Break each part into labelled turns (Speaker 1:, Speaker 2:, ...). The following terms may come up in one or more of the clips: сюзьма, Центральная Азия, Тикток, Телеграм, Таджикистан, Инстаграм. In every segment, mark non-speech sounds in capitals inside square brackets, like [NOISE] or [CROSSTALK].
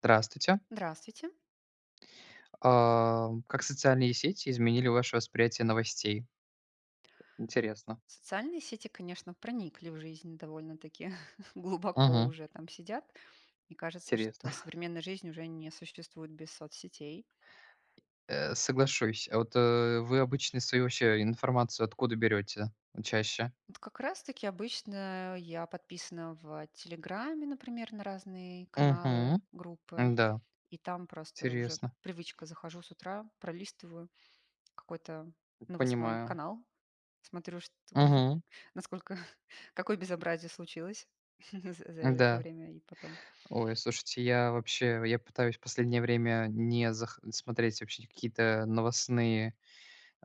Speaker 1: Здравствуйте.
Speaker 2: Здравствуйте.
Speaker 1: А, как социальные сети изменили ваше восприятие новостей? Интересно.
Speaker 2: Социальные сети, конечно, проникли в жизнь довольно-таки [LAUGHS] глубоко
Speaker 1: Мгм.
Speaker 2: уже там сидят. Мне кажется, что
Speaker 1: Интересно. [LAUGHS]
Speaker 2: современная жизнь уже не существует без соцсетей.
Speaker 1: Соглашусь. А вот вы обычно свою вообще информацию откуда берете чаще?
Speaker 2: Вот как раз-таки обычно я подписана в Телеграме, например, на разные
Speaker 1: Угу.
Speaker 2: каналы, группы,
Speaker 1: Да.
Speaker 2: и там просто уже
Speaker 1: Интересно.
Speaker 2: привычка, захожу с утра, пролистываю какой-то новостной
Speaker 1: Понимаю.
Speaker 2: канал, смотрю, что, [LAUGHS]
Speaker 1: Угу.
Speaker 2: насколько, [LAUGHS] какое безобразие случилось [LAUGHS] за это
Speaker 1: Да.
Speaker 2: время и потом.
Speaker 1: Ой, слушайте, я вообще, я пытаюсь в последнее время не зах- смотреть вообще какие-то новостные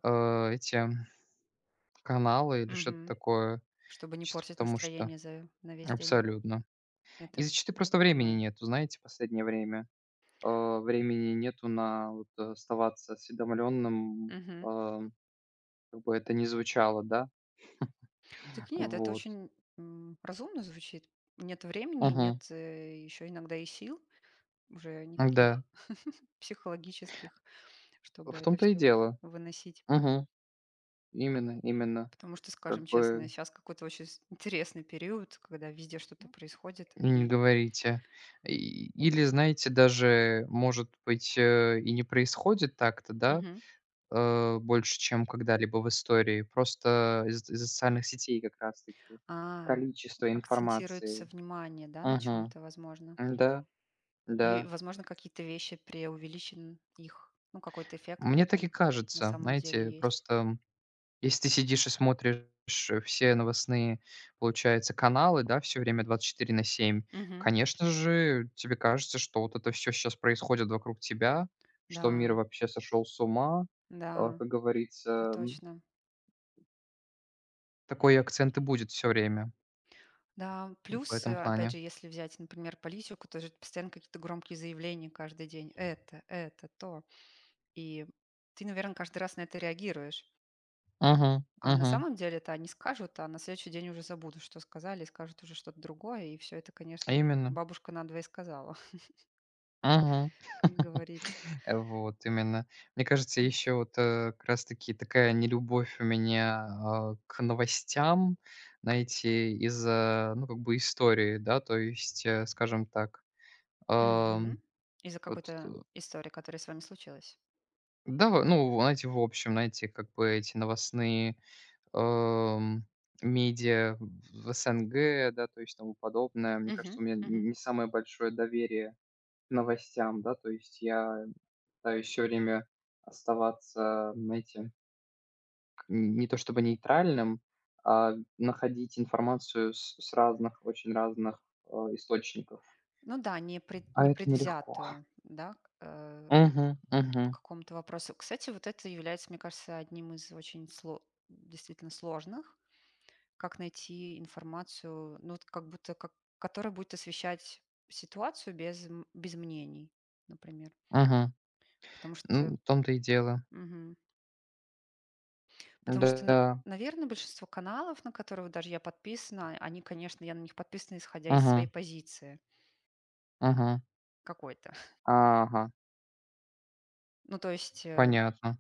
Speaker 1: эти каналы или что-то
Speaker 2: Мгм.
Speaker 1: такое,
Speaker 2: Чтобы не
Speaker 1: чисто
Speaker 2: портить
Speaker 1: потому что
Speaker 2: настроение за на весь день.
Speaker 1: абсолютно. И
Speaker 2: Это
Speaker 1: зачастую просто времени
Speaker 2: понимаю.
Speaker 1: нету, знаете, последнее время. Времени нету на вот, оставаться осведомленным,
Speaker 2: Мгм.
Speaker 1: э, как бы это ни звучало, да.
Speaker 2: Так нет, это
Speaker 1: Вот.
Speaker 2: очень, разумно звучит. Нет времени,
Speaker 1: Угу.
Speaker 2: нет, еще иногда и сил уже никаких
Speaker 1: Да.
Speaker 2: [LAUGHS] психологических,
Speaker 1: В
Speaker 2: чтобы это
Speaker 1: том-то и
Speaker 2: все
Speaker 1: дело.
Speaker 2: выносить.
Speaker 1: Угу. Именно, именно.
Speaker 2: Потому что, скажем
Speaker 1: Как
Speaker 2: честно,
Speaker 1: бы
Speaker 2: сейчас какой-то очень с интересный период, когда везде что-то происходит
Speaker 1: не
Speaker 2: и
Speaker 1: говорите. И или, знаете, даже, может быть, и не происходит так-то, да,
Speaker 2: мгм.
Speaker 1: больше, чем когда-либо в истории. Просто из из-за социальных сетей как раз таки.
Speaker 2: А,
Speaker 1: Количество
Speaker 2: Акцентируется
Speaker 1: информации.
Speaker 2: внимание, да, на чем
Speaker 1: Мгм.
Speaker 2: то возможно?
Speaker 1: Да,
Speaker 2: И,
Speaker 1: да.
Speaker 2: возможно, какие-то вещи преувеличен их, ну, какой-то эффект,
Speaker 1: Мне так и
Speaker 2: чем на
Speaker 1: кажется.
Speaker 2: самом
Speaker 1: Знаете,
Speaker 2: деле есть.
Speaker 1: просто если ты сидишь и смотришь все новостные, получается, каналы, да, все время 24/7,
Speaker 2: Мгм.
Speaker 1: конечно же, тебе кажется, что вот это все сейчас происходит вокруг тебя, что мир
Speaker 2: Да,
Speaker 1: вообще сошел с ума. А,
Speaker 2: да,
Speaker 1: как
Speaker 2: это
Speaker 1: говорится,
Speaker 2: точно.
Speaker 1: такой акцент и будет все время
Speaker 2: Да,
Speaker 1: вот в
Speaker 2: плюс,
Speaker 1: этом
Speaker 2: опять
Speaker 1: плане.
Speaker 2: же, если взять, например, политику, то же постоянно какие-то громкие заявления каждый день. Это, то. И ты, наверное, каждый раз на это реагируешь.
Speaker 1: Угу,
Speaker 2: А на
Speaker 1: угу.
Speaker 2: самом деле это они скажут, а на следующий день уже забудут, что сказали, и скажут уже что-то другое. И все это, конечно,
Speaker 1: Именно.
Speaker 2: бабушка надвое сказала, [LAUGHS]
Speaker 1: Мгм.
Speaker 2: как
Speaker 1: [LAUGHS]
Speaker 2: говорится.
Speaker 1: вот именно. Мне кажется, еще вот, как раз таки такая нелюбовь у меня, а, к новостям, знаете, из-за, ну, как бы истории, да, то есть, скажем так,
Speaker 2: Мгм.
Speaker 1: ам,
Speaker 2: Из-за
Speaker 1: вот,
Speaker 2: какой-то истории, которая с вами случилась.
Speaker 1: да, в ну, в знаете, в общем, знаете, как бы эти новостные, ам, медиа в СНГ, да, то есть тому подобное. Мне кажется,
Speaker 2: Мгм,
Speaker 1: у меня
Speaker 2: мгм.
Speaker 1: не самое большое доверие к новостям, да, то есть я, а еще время оставаться, знаете, к не то чтобы нейтральным, а находить информацию с разных, очень разных, источников.
Speaker 2: Ну да, не пред не
Speaker 1: А это нелегко.
Speaker 2: непредвзятую, да,
Speaker 1: Угу,
Speaker 2: по
Speaker 1: угу,
Speaker 2: какому-то вопросу. Кстати, вот это является, мне кажется, одним из очень сло действительно сложных, как найти информацию, ну, вот как будто как которая будет освещать ситуацию без без мнений, например.
Speaker 1: угу.
Speaker 2: Потому что
Speaker 1: М, в том-то и дело.
Speaker 2: мгм, потому что,
Speaker 1: Да.
Speaker 2: наверное, большинство каналов, на которые вот даже я подписана, они, конечно, я на них подписана, исходя из
Speaker 1: Угу,
Speaker 2: своей позиции.
Speaker 1: угу,
Speaker 2: Какой-то.
Speaker 1: ага,
Speaker 2: Ну, то есть,
Speaker 1: понятно.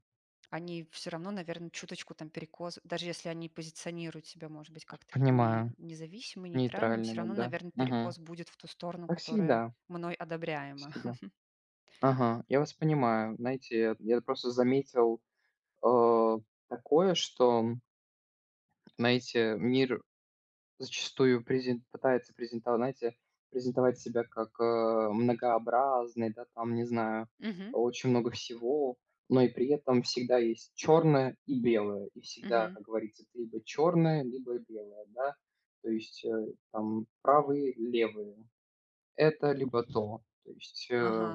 Speaker 2: они все равно, наверное, чуточку там перекос, даже если они позиционируют себя, может быть, как такими
Speaker 1: Понимаю.
Speaker 2: независимыми, нейтральными, все
Speaker 1: Нейтральными,
Speaker 2: равно,
Speaker 1: да?
Speaker 2: наверное,
Speaker 1: Угу.
Speaker 2: перекос будет в ту сторону,
Speaker 1: Так
Speaker 2: которая
Speaker 1: всегда,
Speaker 2: мной одобряема.
Speaker 1: всегда.
Speaker 2: [LAUGHS]
Speaker 1: Ага, я вас понимаю. Знаете, я просто заметил, э, такое, что знаете, мир зачастую презен пытается презентовать, знаете, презентовать себя как, многообразный, да, там, не знаю,
Speaker 2: Мгм,
Speaker 1: очень много всего, но и при этом всегда есть черное и белое. И всегда,
Speaker 2: мгм.
Speaker 1: как говорится, ты либо черное, либо белое, да. То есть, там правые, левые. Это либо то. То есть,
Speaker 2: Ага,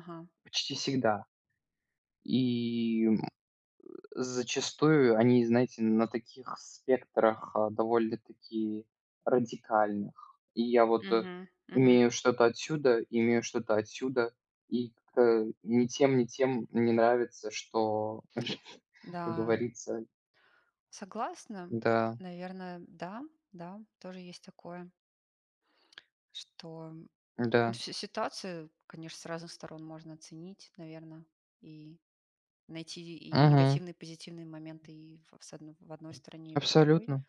Speaker 2: ага.
Speaker 1: почти всегда. И зачастую они, знаете, на таких спектрах, а, довольно-таки радикальных. И я вот,
Speaker 2: Мгм, мгм.
Speaker 1: имею что-то отсюда, и как-то ни тем, ни тем не нравится, что, [LAUGHS] как
Speaker 2: Да,
Speaker 1: говорится.
Speaker 2: согласна.
Speaker 1: Да,
Speaker 2: Наверное, да, да, тоже есть такое, что, ну,
Speaker 1: да.
Speaker 2: си ситуацию, конечно, с разных сторон можно оценить, наверное, и найти и
Speaker 1: Мгм.
Speaker 2: негативные, и позитивные моменты и в одной стороне, и в другой.
Speaker 1: Абсолютно.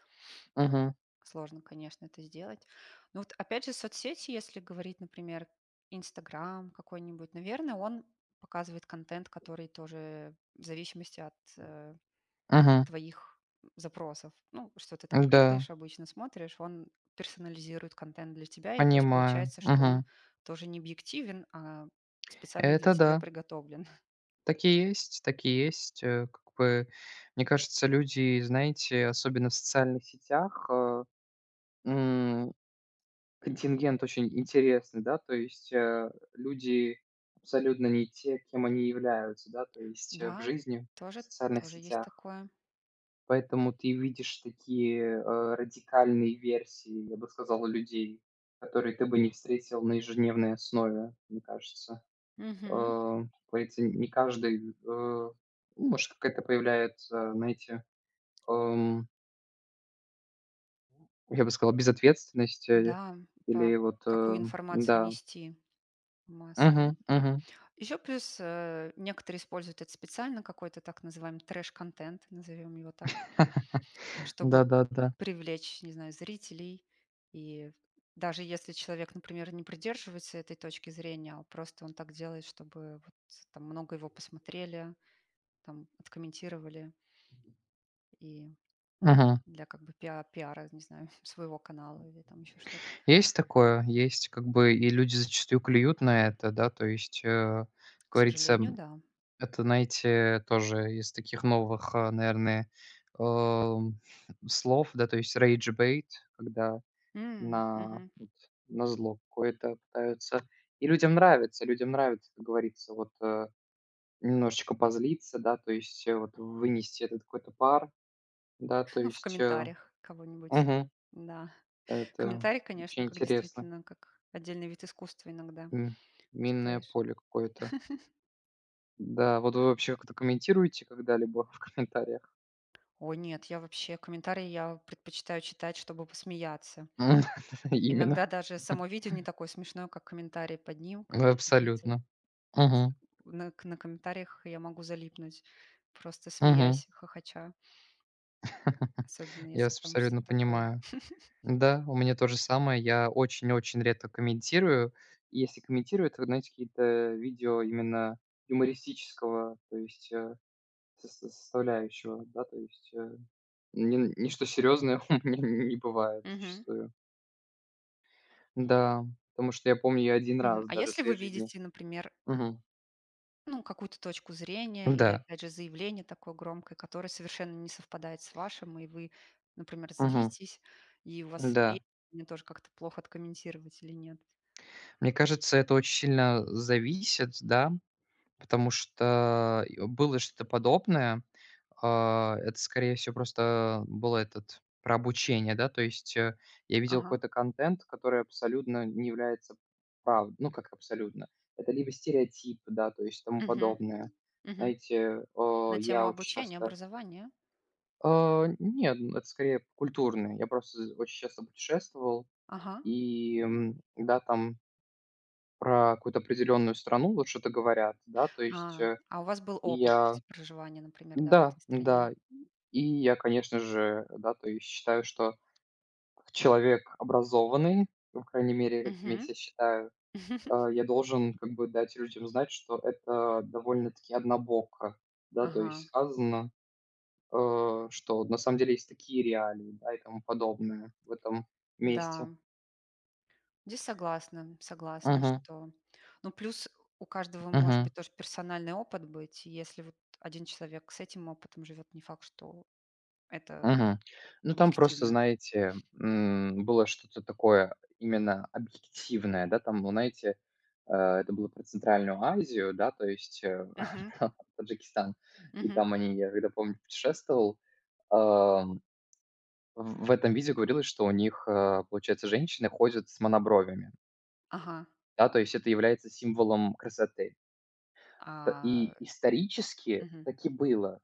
Speaker 1: Мгм.
Speaker 2: Сложно, конечно, это сделать. Но вот опять же соцсети, если говорить, например, "Инстаграм" какой-нибудь, наверное, он показывает контент, который тоже в зависимости от,
Speaker 1: Мгм.
Speaker 2: твоих запросов. Ну, что ты там
Speaker 1: Да,
Speaker 2: кликаешь обычно, смотришь, он персонализирует контент для тебя. И то есть
Speaker 1: понимаю.
Speaker 2: получается, что он
Speaker 1: Мгм.
Speaker 2: тоже не объективен, а специально для
Speaker 1: Это
Speaker 2: тебя
Speaker 1: да.
Speaker 2: приготовлен. [LAUGHS]
Speaker 1: Так и есть, так и есть. Как бы, мне кажется, люди, знаете, особенно в социальных сетях, м, контингент очень интересный, да, то есть, люди абсолютно не те, кем они являются, да, то есть, в
Speaker 2: Да,
Speaker 1: жизни, в
Speaker 2: тоже
Speaker 1: социальных
Speaker 2: тоже есть
Speaker 1: сетях.
Speaker 2: такое.
Speaker 1: Поэтому ты видишь такие, радикальные версии, я бы сказал, людей, которые ты бы не встретил на ежедневной основе, мне кажется,
Speaker 2: Мгм.
Speaker 1: как говорится, не каждый, ну, может, какая-то появляется, знаете, эм, я бы сказал, безответственность,
Speaker 2: Да, по
Speaker 1: или вот,
Speaker 2: какую информацию
Speaker 1: да.
Speaker 2: нести в массы, да?
Speaker 1: Мгм, мгм.
Speaker 2: Еще плюс некоторые используют это специально, какой-то так называемый трэш-контент, назовем его так,
Speaker 1: [LAUGHS]
Speaker 2: чтобы
Speaker 1: Да-да-да.
Speaker 2: привлечь, не знаю, зрителей. И даже если человек, например, не придерживается этой точки зрения, а просто он так делает, чтобы вот там много его посмотрели, там откомментировали и
Speaker 1: Мгм.
Speaker 2: для как бы пиара, не знаю, [LAUGHS] своего канала или там еще что-то.
Speaker 1: Есть такое, есть, как бы, и люди зачастую клюют на это, да, то есть, как
Speaker 2: К
Speaker 1: говорится,
Speaker 2: сожалению, да.
Speaker 1: это, знаете, тоже из таких новых, а, наверное, эм, слов, да, то есть rage bait, когда
Speaker 2: М,
Speaker 1: на
Speaker 2: мгм.
Speaker 1: вот на зло какое-то пытаются. И людям нравится, как говорится, вот, немножечко позлиться, да, то есть, вот вынести этот какой-то пар, да, то
Speaker 2: В
Speaker 1: есть,
Speaker 2: комментариях кого-нибудь.
Speaker 1: мгм,
Speaker 2: Да.
Speaker 1: это
Speaker 2: Комментарий, конечно,
Speaker 1: очень
Speaker 2: как
Speaker 1: интересно.
Speaker 2: действительно, как отдельный вид искусства иногда
Speaker 1: М, минное
Speaker 2: читаешь.
Speaker 1: поле какое-то. Да, вот вы вообще как-то комментируете когда-либо в комментариях?
Speaker 2: Ой, нет, я вообще комментарии я предпочитаю читать, чтобы посмеяться.
Speaker 1: М, [LAUGHS] именно.
Speaker 2: Иногда даже само видео не такое смешное, как комментарии под ним, как какие-то.
Speaker 1: Абсолютно.
Speaker 2: Ведь
Speaker 1: Мгм,
Speaker 2: На, на комментариях я могу залипнуть, просто
Speaker 1: мгм.
Speaker 2: смеясь, хохоча,
Speaker 1: [LAUGHS]
Speaker 2: особенно
Speaker 1: Я
Speaker 2: если
Speaker 1: вас
Speaker 2: там что-то
Speaker 1: абсолютно
Speaker 2: такое.
Speaker 1: понимаю. Да, у меня то же самое. Я очень-очень редко комментирую. И если комментирую, это, знаете, какие-то видео именно юмористического, то есть, со составляющего, да, то есть, ни ничто серьезное [LAUGHS] у меня не бывает
Speaker 2: Мгм.
Speaker 1: зачастую. Да, потому что я помню, я один
Speaker 2: Мгм.
Speaker 1: раз
Speaker 2: А
Speaker 1: даже в
Speaker 2: если вы
Speaker 1: своей жизни.
Speaker 2: видите, например,
Speaker 1: Мгм.
Speaker 2: ну, какую-то точку зрения или,
Speaker 1: Да.
Speaker 2: опять же, заявление такое громкое, которое совершенно не совпадает с вашим, и вы, например,
Speaker 1: Мгм.
Speaker 2: злитесь, и у вас и
Speaker 1: Да.
Speaker 2: мне тоже как-то плохо: откомментировать или нет.
Speaker 1: Мне кажется, это очень сильно зависит, да. Потому что и было что-то подобное. А, это, скорее всего, просто было этот про обучение, да. То есть, я видел
Speaker 2: Ага.
Speaker 1: какой-то контент, который абсолютно не является прав, ну, как абсолютно. Это либо стереотип, да, то есть тому
Speaker 2: Мгм.
Speaker 1: подобное.
Speaker 2: Мгм.
Speaker 1: Знаете,
Speaker 2: На тему
Speaker 1: я очень
Speaker 2: обучения,
Speaker 1: часто.
Speaker 2: образования.
Speaker 1: А, нет, н это скорее культурное. Я просто з очень часто путешествовал,
Speaker 2: Ага.
Speaker 1: и, м, да, там про какую-то определенную страну вот что-то говорят, да, то есть,
Speaker 2: А у вас был
Speaker 1: и
Speaker 2: опыт
Speaker 1: я.
Speaker 2: проживания, например, да, в
Speaker 1: Да,
Speaker 2: этой стране?
Speaker 1: да. И я, конечно же, да, то есть считаю, что как человек образованный, по крайней мере, каким я
Speaker 2: Мгм.
Speaker 1: себя считаю,
Speaker 2: [LAUGHS]
Speaker 1: а, я должен как бы дать людям знать, что это довольно-таки однобоко, да, то есть
Speaker 2: Ага.
Speaker 1: сказано, что на самом деле есть такие реалии, да, и тому подобное в этом
Speaker 2: Да.
Speaker 1: месте.
Speaker 2: Здесь согласна, согласна,
Speaker 1: Мгм,
Speaker 2: что ну, плюс у каждого может
Speaker 1: мгм.
Speaker 2: быть тоже персональный опыт быть. И если вот один человек с этим опытом живет, не факт, что это
Speaker 1: Мгм. Ну, там просто,
Speaker 2: объективно.
Speaker 1: знаете, было что-то такое именно объективное, да, там, ну, знаете, это было про Центральную Азию, да, то есть,
Speaker 2: Мгм.
Speaker 1: [LAUGHS] Таджикистан. И
Speaker 2: Мгм.
Speaker 1: там они, я когда помню, путешествовал, ам, в этом видео говорилось, что у них, получается, женщины ходят с монобровями,
Speaker 2: Ага.
Speaker 1: да, то есть это является символом красоты. Т
Speaker 2: А,
Speaker 1: И исторически
Speaker 2: мгм.
Speaker 1: таки было.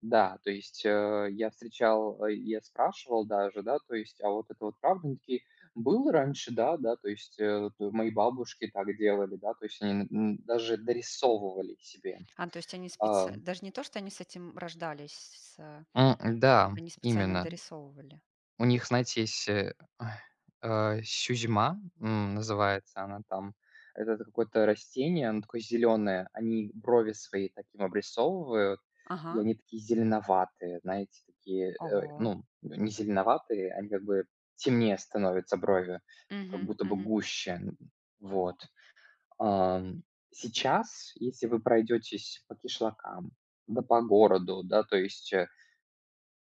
Speaker 1: Да, то есть, я встречал, я спрашивал даже, да, то есть: "А вот это вот правда?" Они такие: "Было раньше, да, да". То есть, э, т мои бабушки так делали, да, то есть они н н даже дорисовывали себе.
Speaker 2: А, то есть они
Speaker 1: А.
Speaker 2: специально, даже не то, что они с этим рождались, с,
Speaker 1: М,
Speaker 2: а,
Speaker 1: да,
Speaker 2: они специально
Speaker 1: именно.
Speaker 2: дорисовывали.
Speaker 1: У них, знаете, есть, ой, сюзьма, называется она там. Это какое-то растение, оно такое зеленое. Они брови свои таким обрисовывают,
Speaker 2: Ага.
Speaker 1: и они такие зеленоватые, знаете, такие,
Speaker 2: Ого.
Speaker 1: ну, не зеленоватые, они как бы темнее становятся брови, как
Speaker 2: Мгм.
Speaker 1: будто бы
Speaker 2: Мгм.
Speaker 1: гуще. Н Вот. Ам, Сейчас, если вы пройдетесь по кишлакам, да по городу, да, то есть,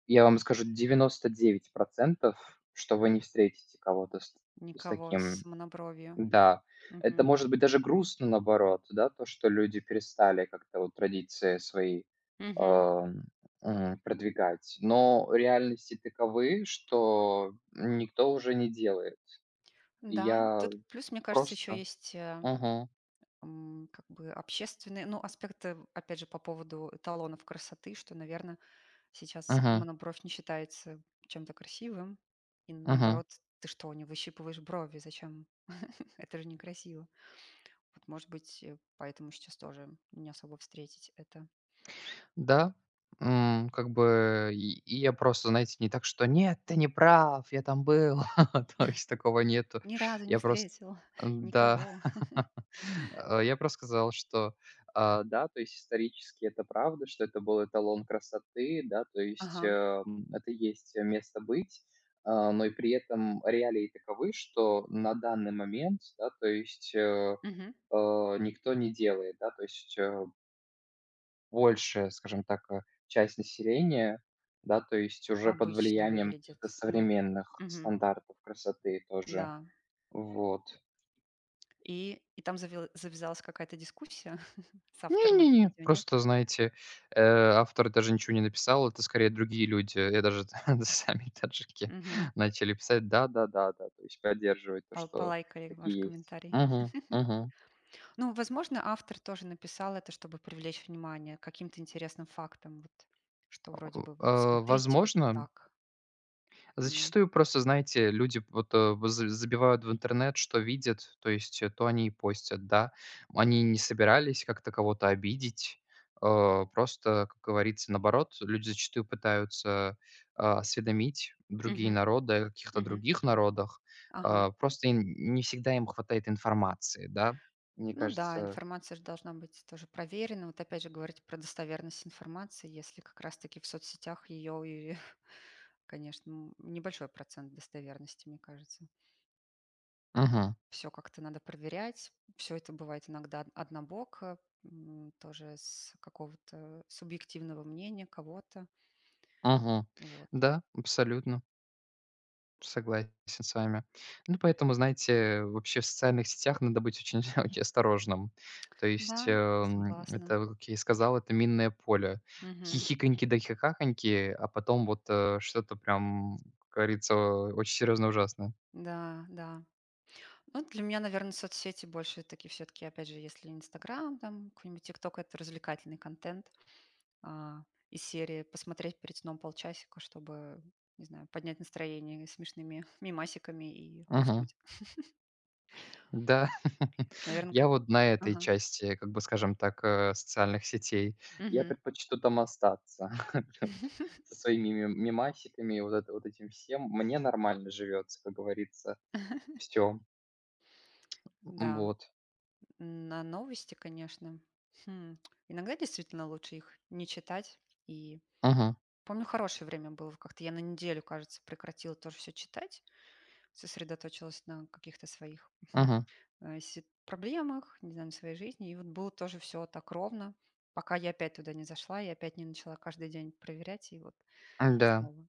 Speaker 1: я вам скажу, 99%, что вы не встретите кого-то с
Speaker 2: Никого с
Speaker 1: таким.
Speaker 2: монобровью.
Speaker 1: Да, это
Speaker 2: Мгм.
Speaker 1: может быть даже грустно, наоборот, да, то, что люди перестали как-то вот традиции свои,
Speaker 2: Мгм.
Speaker 1: ам, продвигать. Но реальности таковы, что никто уже не делает. И
Speaker 2: Да,
Speaker 1: я
Speaker 2: тут плюс, мне кажется, еще
Speaker 1: просто.
Speaker 2: есть
Speaker 1: Мгм.
Speaker 2: Как бы общественные, ну, аспекты, опять же, по поводу эталонов красоты, что, наверное, сейчас
Speaker 1: Мгм.
Speaker 2: монобровь не считается чем-то красивым, и
Speaker 1: Мгм.
Speaker 2: наоборот, ты что, не выщипываешь брови, зачем? [LAUGHS] Это же некрасиво. Вот, может быть, поэтому сейчас тоже не особо встретить это.
Speaker 1: Да, как бы и я просто, знаете, не так, что: "Нет, ты не прав, я там был". [LAUGHS] То есть такого нету.
Speaker 2: Ни разу не
Speaker 1: Я просто,
Speaker 2: встретила [LAUGHS]
Speaker 1: да.
Speaker 2: никого.
Speaker 1: [LAUGHS] Я просто сказал, что, а, да, то есть исторически это правда, что это был эталон красоты, да, то есть,
Speaker 2: Ага,
Speaker 1: это есть место быть, а, но и при этом реалии таковы, что на данный момент, да, то есть,
Speaker 2: мгм.
Speaker 1: э, никто не делает, да, то есть, большая, скажем так, часть населения, да, то есть уже под
Speaker 2: Обычно
Speaker 1: влиянием
Speaker 2: выглядит,
Speaker 1: каких-то
Speaker 2: ну,
Speaker 1: современных
Speaker 2: мгм,
Speaker 1: стандартов красоты тоже.
Speaker 2: да.
Speaker 1: Вот.
Speaker 2: И там завязалась какая-то дискуссия [LAUGHS] с автором этого
Speaker 1: Не-не-не,
Speaker 2: видео, нет?
Speaker 1: просто, знаете, автор даже ничего не написал, это скорее другие люди, и даже [LAUGHS] сами таджики
Speaker 2: Мгм.
Speaker 1: начали писать да-да-да-да, то есть поддерживать то, что
Speaker 2: Полайкали ваш
Speaker 1: такие есть.
Speaker 2: комментарий.
Speaker 1: Угу, угу,
Speaker 2: Ну, возможно, автор тоже написал это, чтобы привлечь внимание каким-то интересным фактом, вот, что вроде бы вот смотрите вот
Speaker 1: возможно,
Speaker 2: так и
Speaker 1: зачастую просто, знаете, люди вот, в за забивают в интернет, что видят, то есть, то они и постят, да. Они не собирались как-то кого-то обидеть. Просто, как говорится, наоборот, люди зачастую пытаются, а, осведомить другие
Speaker 2: мгм,
Speaker 1: народы о каких-то
Speaker 2: мгм.
Speaker 1: других народах.
Speaker 2: Ага.
Speaker 1: А, просто им не всегда им хватает информации, да. Мне
Speaker 2: Ну да,
Speaker 1: кажется.
Speaker 2: информация же должна быть тоже проверена. Вот опять же говорить про достоверность информации, если как раз-таки в соцсетях ее [LAUGHS] конечно, небольшой процент достоверности, мне кажется.
Speaker 1: Мгм,
Speaker 2: Все как-то надо проверять. Все это бывает иногда однобоко, тоже с какого-то субъективного мнения кого-то.
Speaker 1: мгм.
Speaker 2: Вот.
Speaker 1: Да, абсолютно. Согласен с вами. Ну, поэтому, знаете, вообще в социальных сетях надо быть очень [LAUGHS] очень осторожным. То есть,
Speaker 2: Да, согласна.
Speaker 1: это, вот как я и сказал, это минное поле.
Speaker 2: Мгм.
Speaker 1: Хихиканьки да хихаканьки, а потом вот, что-то прям, как говорится, очень серьезно ужасное.
Speaker 2: Да, да. Ну, для меня, наверное, соцсети больше такие все таки опять же, если "Инстаграм", там какой-нибудь "Тикток" — это развлекательный контент, а, из серии посмотреть перед сном полчасика, чтобы, не знаю, поднять настроение смешными [LAUGHS] мимасиками и
Speaker 1: Мгм.
Speaker 2: уснуть.
Speaker 1: Да. [LAUGHS]
Speaker 2: Наверное,
Speaker 1: Я
Speaker 2: как
Speaker 1: вот на этой
Speaker 2: ага.
Speaker 1: части, как бы, скажем так, социальных сетей. Я
Speaker 2: Мгм.
Speaker 1: предпочту там остаться. [LAUGHS]
Speaker 2: [LAUGHS]
Speaker 1: Со своими мимасиками, вот это вот этим всем. Мне нормально живется, как говорится. Все,
Speaker 2: Да.
Speaker 1: вот.
Speaker 2: На новости, конечно. Хм. Иногда действительно лучше их не читать. И
Speaker 1: Мгм,
Speaker 2: помню, хорошее время было. Как-то я на неделю, кажется, прекратила тоже все читать, сосредоточилась на каких-то своих
Speaker 1: мгм.
Speaker 2: проблемах, не знаю, на своей жизни. И вот было тоже все так ровно, пока я опять туда не зашла и опять не начала каждый день проверять, и вот
Speaker 1: Да,
Speaker 2: снова.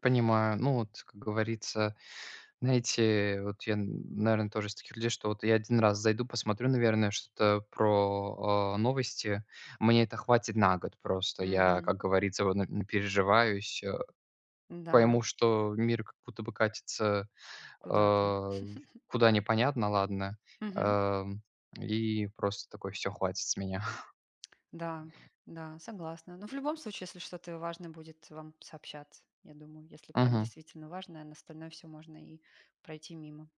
Speaker 1: понимаю. Ну вот, как говорится, знаете, вот я, наверное, тоже из таких людей, что вот я один раз зайду, посмотрю, наверное, что-то про, а, новости. Мне это хватит на год просто. Я,
Speaker 2: Мгм.
Speaker 1: как говорится, вот на напереживаюсь,
Speaker 2: Да,
Speaker 1: пойму, что мир как будто бы катится, э,
Speaker 2: куда-то.
Speaker 1: в куда непонятно, ладно. Эм, и просто такой: "Все, хватит с меня".
Speaker 2: Да, да, согласна. Но в любом случае, если что-то важное будет вам сообщаться, я думаю, если
Speaker 1: [LAUGHS]
Speaker 2: прям
Speaker 1: Мгм.
Speaker 2: действительно важное, на остальное все можно и пройти мимо.